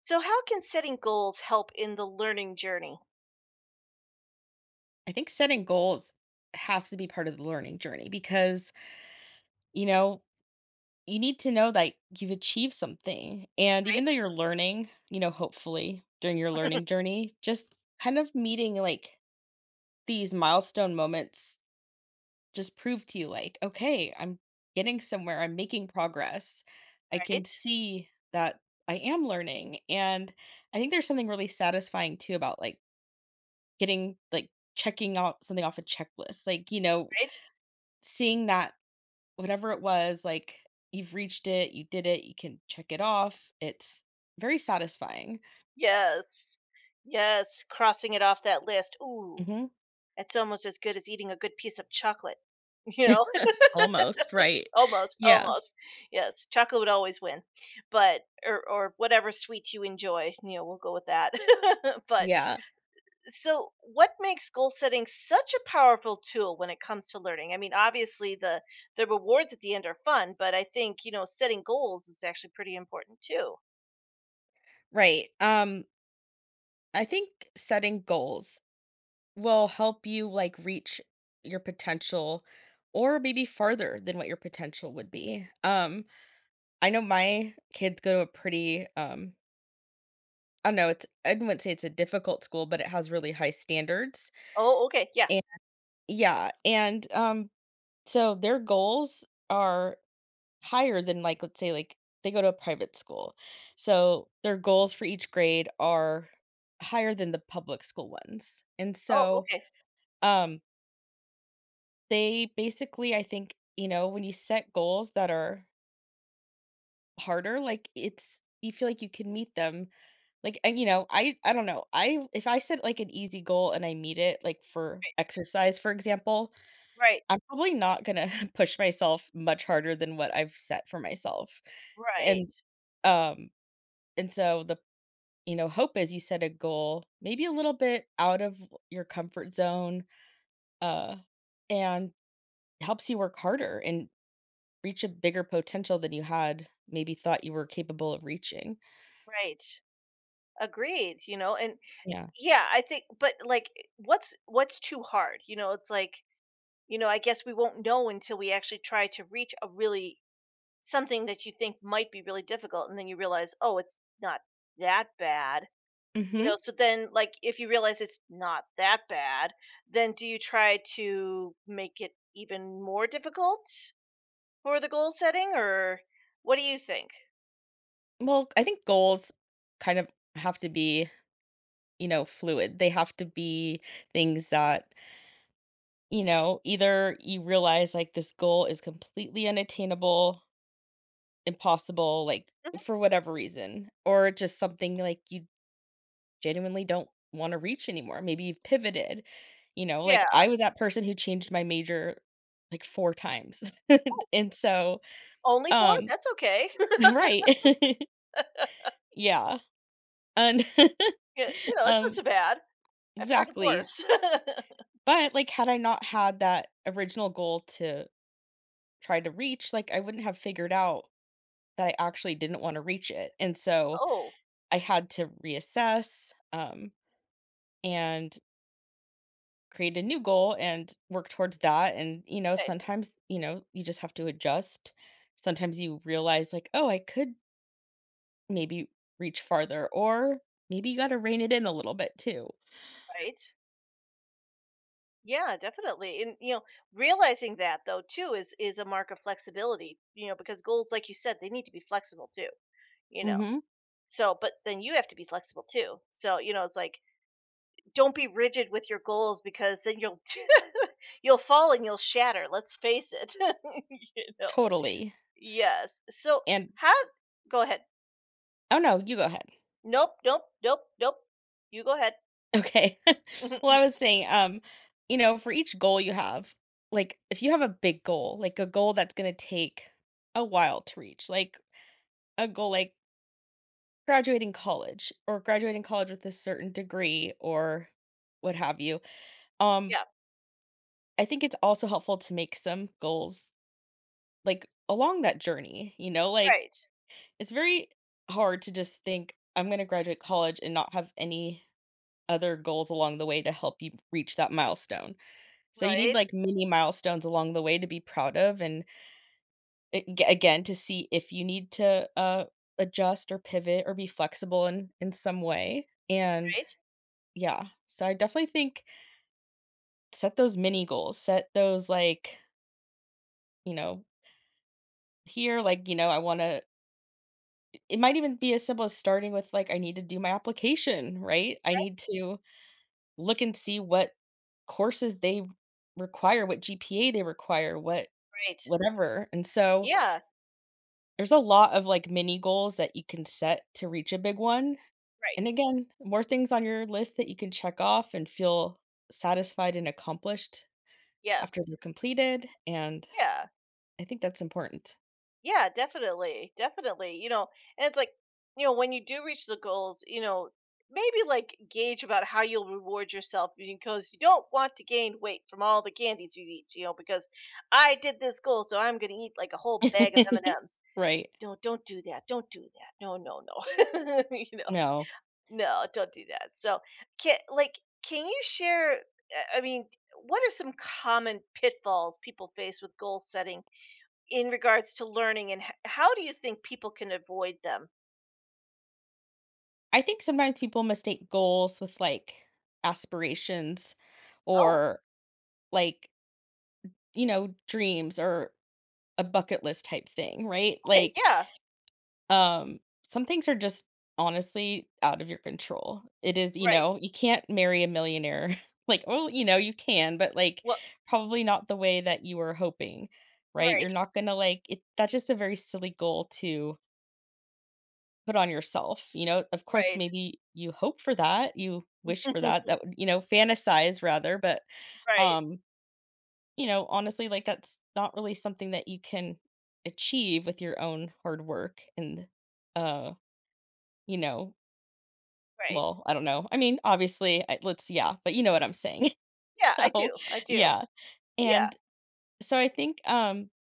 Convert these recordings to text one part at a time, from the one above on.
So how can setting goals help in the learning journey? I think setting goals has to be part of the learning journey because, you know, you need to know that you've achieved something. And even though you're learning, hopefully during your Right? learning journey, just kind of meeting like these milestone moments just prove to you, like, okay, I'm getting somewhere, I'm making progress. I can Right? see that I am learning. And I think there's something really satisfying too about like getting like checking out something off a checklist, like, Right? seeing that whatever it was, like you've reached it, you did it, you can check it off. It's very satisfying. Yes. Yes, crossing it off that list. Ooh, Mhm. it's almost as good as eating a good piece of chocolate. You know, Almost, right? Almost, Yeah. almost. Yes, chocolate would always win. But or whatever sweet you enjoy, we'll go with that. but Yeah, So, what makes goal setting such a powerful tool when it comes to learning? I mean, obviously the rewards at the end are fun, but I think setting goals is actually pretty important too. right. I think setting goals will help you like reach your potential or maybe farther than what your potential would be. I know my kids go to a pretty I don't know, it's I wouldn't say it's a difficult school, but it has really high standards. Oh, okay, yeah. And yeah, and so their goals are higher than like let's say like they go to a private school. So their goals for each grade are higher than the public school ones. And Oh, so okay, um they basically I think, you know, when you set goals that are harder, like it's you feel like you can meet them. Like and you know, I don't know. I if I set like an easy goal and I meet it like for exercise for example, right, I'm probably not gonna push myself much harder than what I've set for myself. right, And, um, and so the you know, hope is you set a goal maybe a little bit out of your comfort zone, uh, and helps you work harder and reach a bigger potential than you had maybe thought you were capable of reaching. right. Agreed. And Yeah. yeah, I think, but like, what's too hard? You know, it's like I guess we won't know until we actually try to reach a really something that you think might be really difficult, and then you realize, oh, it's not that bad. Mhm. So then, like, if you realize it's not that bad, then do you try to make it even more difficult for the goal setting, or what do you think? Well, I think goals kind of have to be, you know, fluid. They have to be things that you know, either you realize, like, this goal is completely unattainable, impossible, like, for whatever reason, or it's just something, like, you genuinely don't wanna reach anymore. Maybe you've pivoted, you know, like, Yeah. I was that person who changed my major, like, 4 times. Oh, And so, only 4? um That's okay. Right. Yeah. And, Yeah, it's not um so bad. I've heard of Exactly. worse. But, like, had I not had that original goal to try to reach, like, I wouldn't have figured out that I actually didn't want to reach it. And so Oh, I had to reassess and create a new goal and work towards that. And, you know, okay. sometimes, you know, you just have to adjust. Sometimes you realize, like, oh, I could maybe reach farther, or maybe you got to rein it in a little bit too. Right. Yeah, definitely. And, realizing that though too is a mark of flexibility, because goals, like you said, they need to be flexible too, you know. hmm So, but then you have to be flexible too. So, it's like don't be rigid with your goals because then you'll you'll fall and you'll shatter, let's face it, you know? Totally. Yes. So, And, how go ahead. oh no, you go ahead. "Nope, nope, nope, nope. You go ahead." Okay. Well, I was saying, you know, for each goal you have, like if you have a big goal, like a goal that's going to take a while to reach, like a goal like graduating college or graduating college with a certain degree or what have you. Um, Yeah. I think it's also helpful to make some goals like along that journey, you know, like Right. it's very hard to just think I'm going to graduate college and not have any other goals along the way to help you reach that milestone. So you need Right, like mini milestones along the way to be proud of and again to see if you need to adjust or pivot or be flexible in some way. And right, yeah, so I definitely think set those mini goals, set those like, you know, here like, you know, I want to it might even be as simple as starting with like I need to do my application, right? I need right, to look and see what courses they require, what GPA they require, what right. whatever. And so Yeah, there's a lot of, like, mini goals that you can set to reach a big one, right. and again, more things on your list that you can check off and feel satisfied and accomplished Yes. after they're completed, and Yeah. I think that's important. Yeah, definitely, definitely. And it's like, when you do reach the goals, maybe like gauge about how you'll reward yourself because you don't want to gain weight from all the candies you eat. Because I did this goal, so I'm going to eat like a whole bag of M and M's. Right. No, don't do that. Don't do that. No, no, no. No. no, don't do that. So, can like, can you share? I mean, what are some common pitfalls people face with goal setting? In regards to learning and h how do you think people can avoid them? I think sometimes people mistake goals with like aspirations Oh, or like, you know, dreams or a bucket list type thing, right? okay, Like, yeah, um, some things are just honestly out of your control. It is, you right. know, you can't marry a millionaire. Like, oh, you know, you can, but like Well probably not the way that you were hoping, right? You're right, not gonna like it. That's just a very silly goal to put on yourself, you know? Of course, right. maybe you hope for that, you wish for that, that would you know, fantasize rather, but, Right, um, you know, honestly, like, that's not really something that you can achieve with your own hard work and, uh, you know right. well, I don't know. I mean, obviously, I let's yeah, but you know what I'm saying. Yeah, I So, do, I do. yeah, Yeah, and so I think,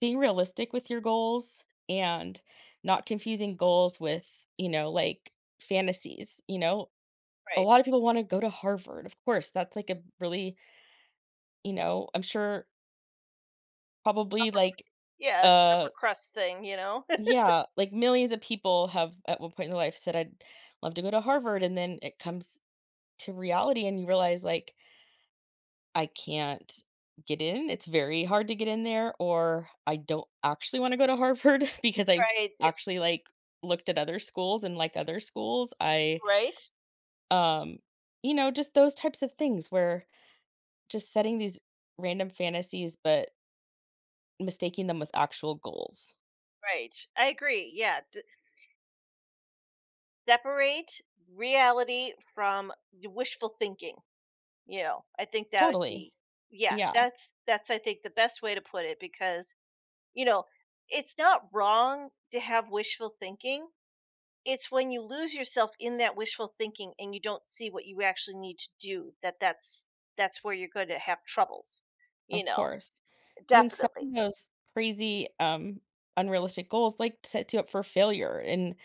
being realistic with your goals and not confusing goals with, you know, like, fantasies, you know? A right. lot of people want to go to Harvard. Of course, that's like a really, you know, I'm sure probably like Yeah, it's an uh upper crust thing, you know? yeah, like millions of people have at one point in their life said I'd love to go to Harvard and then it comes to reality and you realize like I can't get in. It's very hard to get in there or I don't actually want to go to Harvard because I've Right, j actually like looked at other schools and like other schools. I right, um you know, just those types of things where just setting these random fantasies, but mistaking them with actual goals. right. I agree, yeah, d separate reality from the wishful thinking, you know? I think that would Totally. be, yeah, Yeah, that's, I think, the best way to put it because, you know, it's not wrong to have wishful thinking, it's when you lose yourself in that wishful thinking and you don't see what you actually need to do, that's where you're going to have troubles, you of know course. And then definitely. setting those crazy, unrealistic goals, like, sets you up for failure and,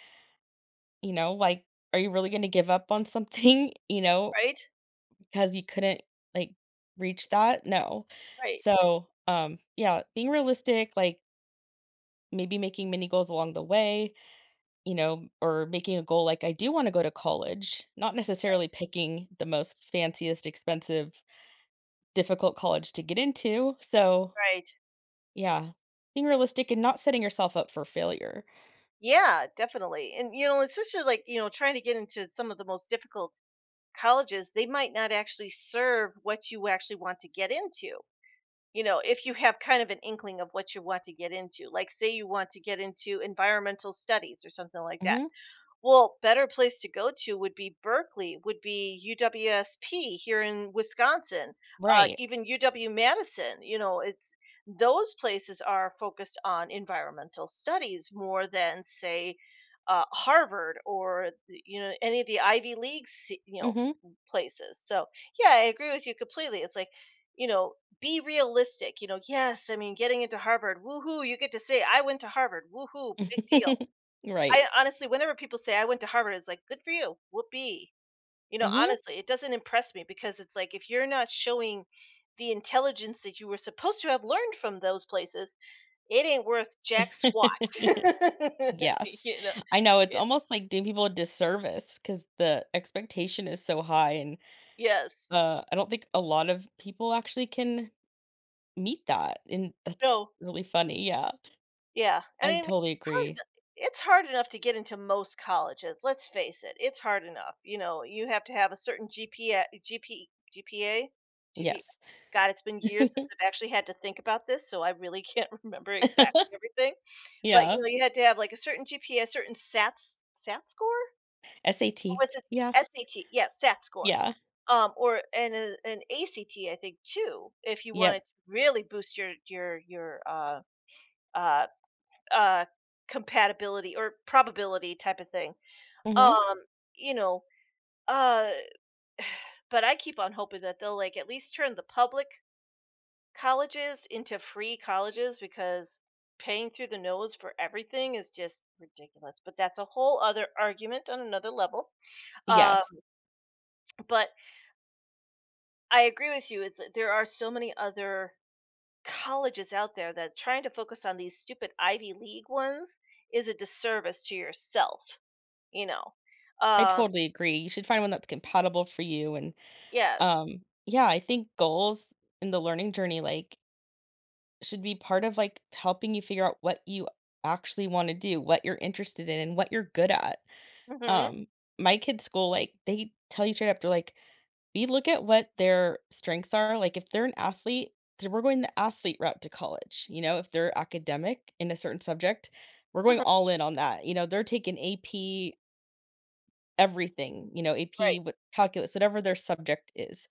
you know, like, are you really gonna give up on something, you know, Right, because you couldn't, like, reach that? No. right, So, yeah, being realistic, like, maybe making mini goals along the way, you know, or making a goal like I do want to go to college, not necessarily picking the most fanciest, expensive, difficult college to get into. So, right. yeah, being realistic and not setting yourself up for failure. Yeah, definitely. And especially like trying to get into some of the most difficult colleges. They might not actually serve what you actually want to get into. If you have kind of an inkling of what you want to get into, like say you want to get into environmental studies or something like that. Mhm. Well, better place to go to would be Berkeley, would be UWSP here in Wisconsin, Right. even UW-Madison. You know, it's those places are focused on environmental studies more than, say, Harvard or any of the Ivy League, Mhm. places. So yeah, I agree with you completely. It's like you know, be realistic. Yes, I mean, getting into Harvard, woohoo! You get to say I went to Harvard, woohoo! Big deal. Right. I honestly whenever people say, "I went to Harvard," it's like, "Good for you, whoopee." Mhm. Honestly, it doesn't impress me because it's like if you're not showing the intelligence that you were supposed to have learned from those places, it ain't worth jack squat. Yes. You know? I know it's Ye almost like doing people a disservice because the expectation is so high and, Yes. I don't think a lot of people actually can meet that, and that's No. really funny. Yeah. Yeah, and I I mean, totally agree. it's hard enough to get into most colleges, let's face it, it's hard enough, you have to have a certain GPA? Yes. God, it's been years since I've actually had to think about this, so I really can't remember exactly everything, but, Yeah. You had to have, like, a certain GPA, certain SAT score? Or SAT. was it Yeah. SAT? Yeah, SAT score, Yeah. Or and a an ACT, I think, too, if you wanted Yep. to really boost your, uh uh, compatibility or probability type of thing. Mhm. Um, you know, uh, but I keep on hoping that they'll like at least turn the public colleges into free colleges because paying through the nose for everything is just ridiculous. But that's a whole other argument on another level. Um, Yes. but I agree with you. It's there are so many other colleges out there that trying to focus on these stupid Ivy League ones is a disservice to yourself. You know. I Um, totally agree. You should find one that's compatible for you and, Yes. Yeah, I think goals in the learning journey, like, should be part of, like, helping you figure out what you actually wanna do, what you're interested in, and what you're good at. Mhm. Um, my kids' school, like, they tell you straight up, they're like, we look at what their strengths are, like, if they're an athlete, then we're going the athlete route to college, you know? If they're academic in a certain subject, we're going Mhm. all in on that, you know? They're taking AP everything, you know, AP, Right, what calculus, whatever their subject is.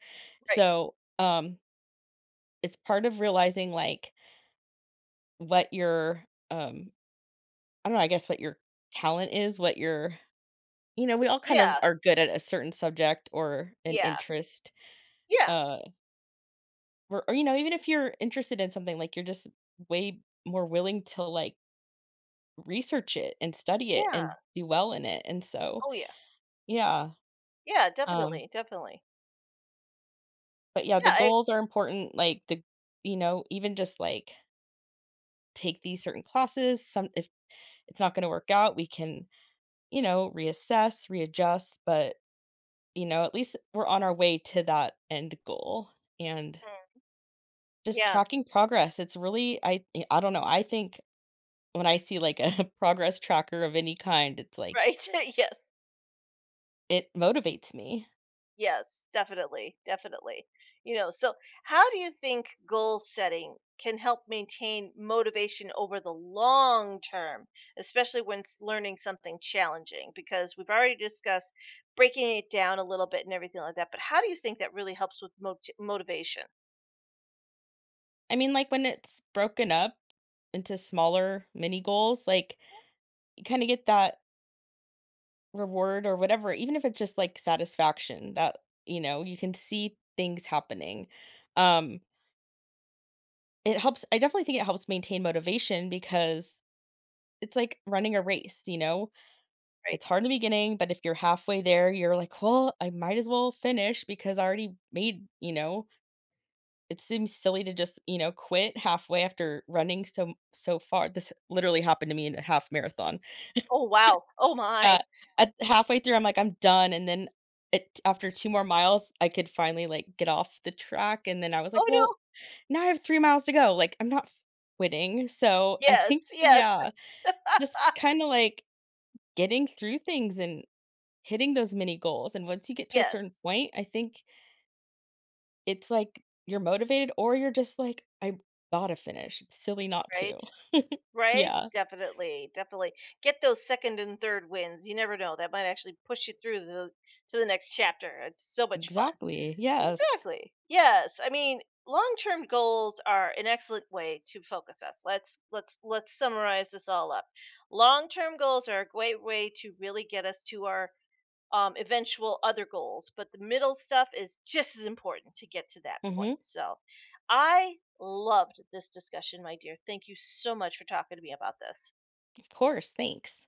right. So, it's part of realizing, like, what your, um I don't know, I guess what your talent is, what your you know, we all kind of Yeah, are good at a certain subject or an yeah, interest, yeah, uh or you know even if you're interested in something like you're just way more willing to like research it and study it yeah. and do well in it and so Oh, yeah. yeah Yeah, um definitely, definitely. but yeah Yeah, the goals are important like the you know even just like take these certain classes some if it's not going to work out we can you know reassess readjust but you know at least we're on our way to that end goal and mm, just yeah, tracking progress it's really I don't know I think when I see like a progress tracker of any kind, it's like right. Yes, it motivates me. yes, definitely, definitely. So how do you think goal setting can help maintain motivation over the long term, especially when learning something challenging? Because we've already discussed breaking it down a little bit and everything like that. But how do you think that really helps with motivation? I mean, like when it's broken up into smaller mini goals, like you kind of get that reward or whatever, even if it's just like satisfaction that, you know, you can see things happening. Um, it helps. I definitely think it helps maintain motivation because it's like running a race, you know, it's Right. hard in the beginning, but if you're halfway there, you're like, well, I might as well finish because I already made, you know, it seems silly to just, you know, quit halfway after running so far. This literally happened to me in a half marathon. Oh, wow. Oh, my. Uh, at halfway through, I'm like, "I'm done," and then it after 2 more miles, I could finally, like, get off the track, and then I was Oh, like, no. "Well, now I have 3 miles to go." Like, I'm not quitting. So, I Yes, think yes, yeah, just kinda, like, getting through things and hitting those mini goals, and once you get to a certain yes. point, I think it's like you're motivated or you're just like, "I gotta finish. It's silly not to." Right? Right? Yeah, Definitely, definitely. Get those 2nd and 3rd wins, you never know, that might actually push you through the to the next chapter, it's so much fun. exactly. Yes. Exactly. Yes, I mean, long-term goals are an excellent way to focus us. Let's summarize this all up. Long-term goals are a great way to really get us to our eventual other goals. But the middle stuff is just as important to get to that point. hmm So I loved this discussion, my dear. Thank you so much for talking to me about this. Of course. Thanks.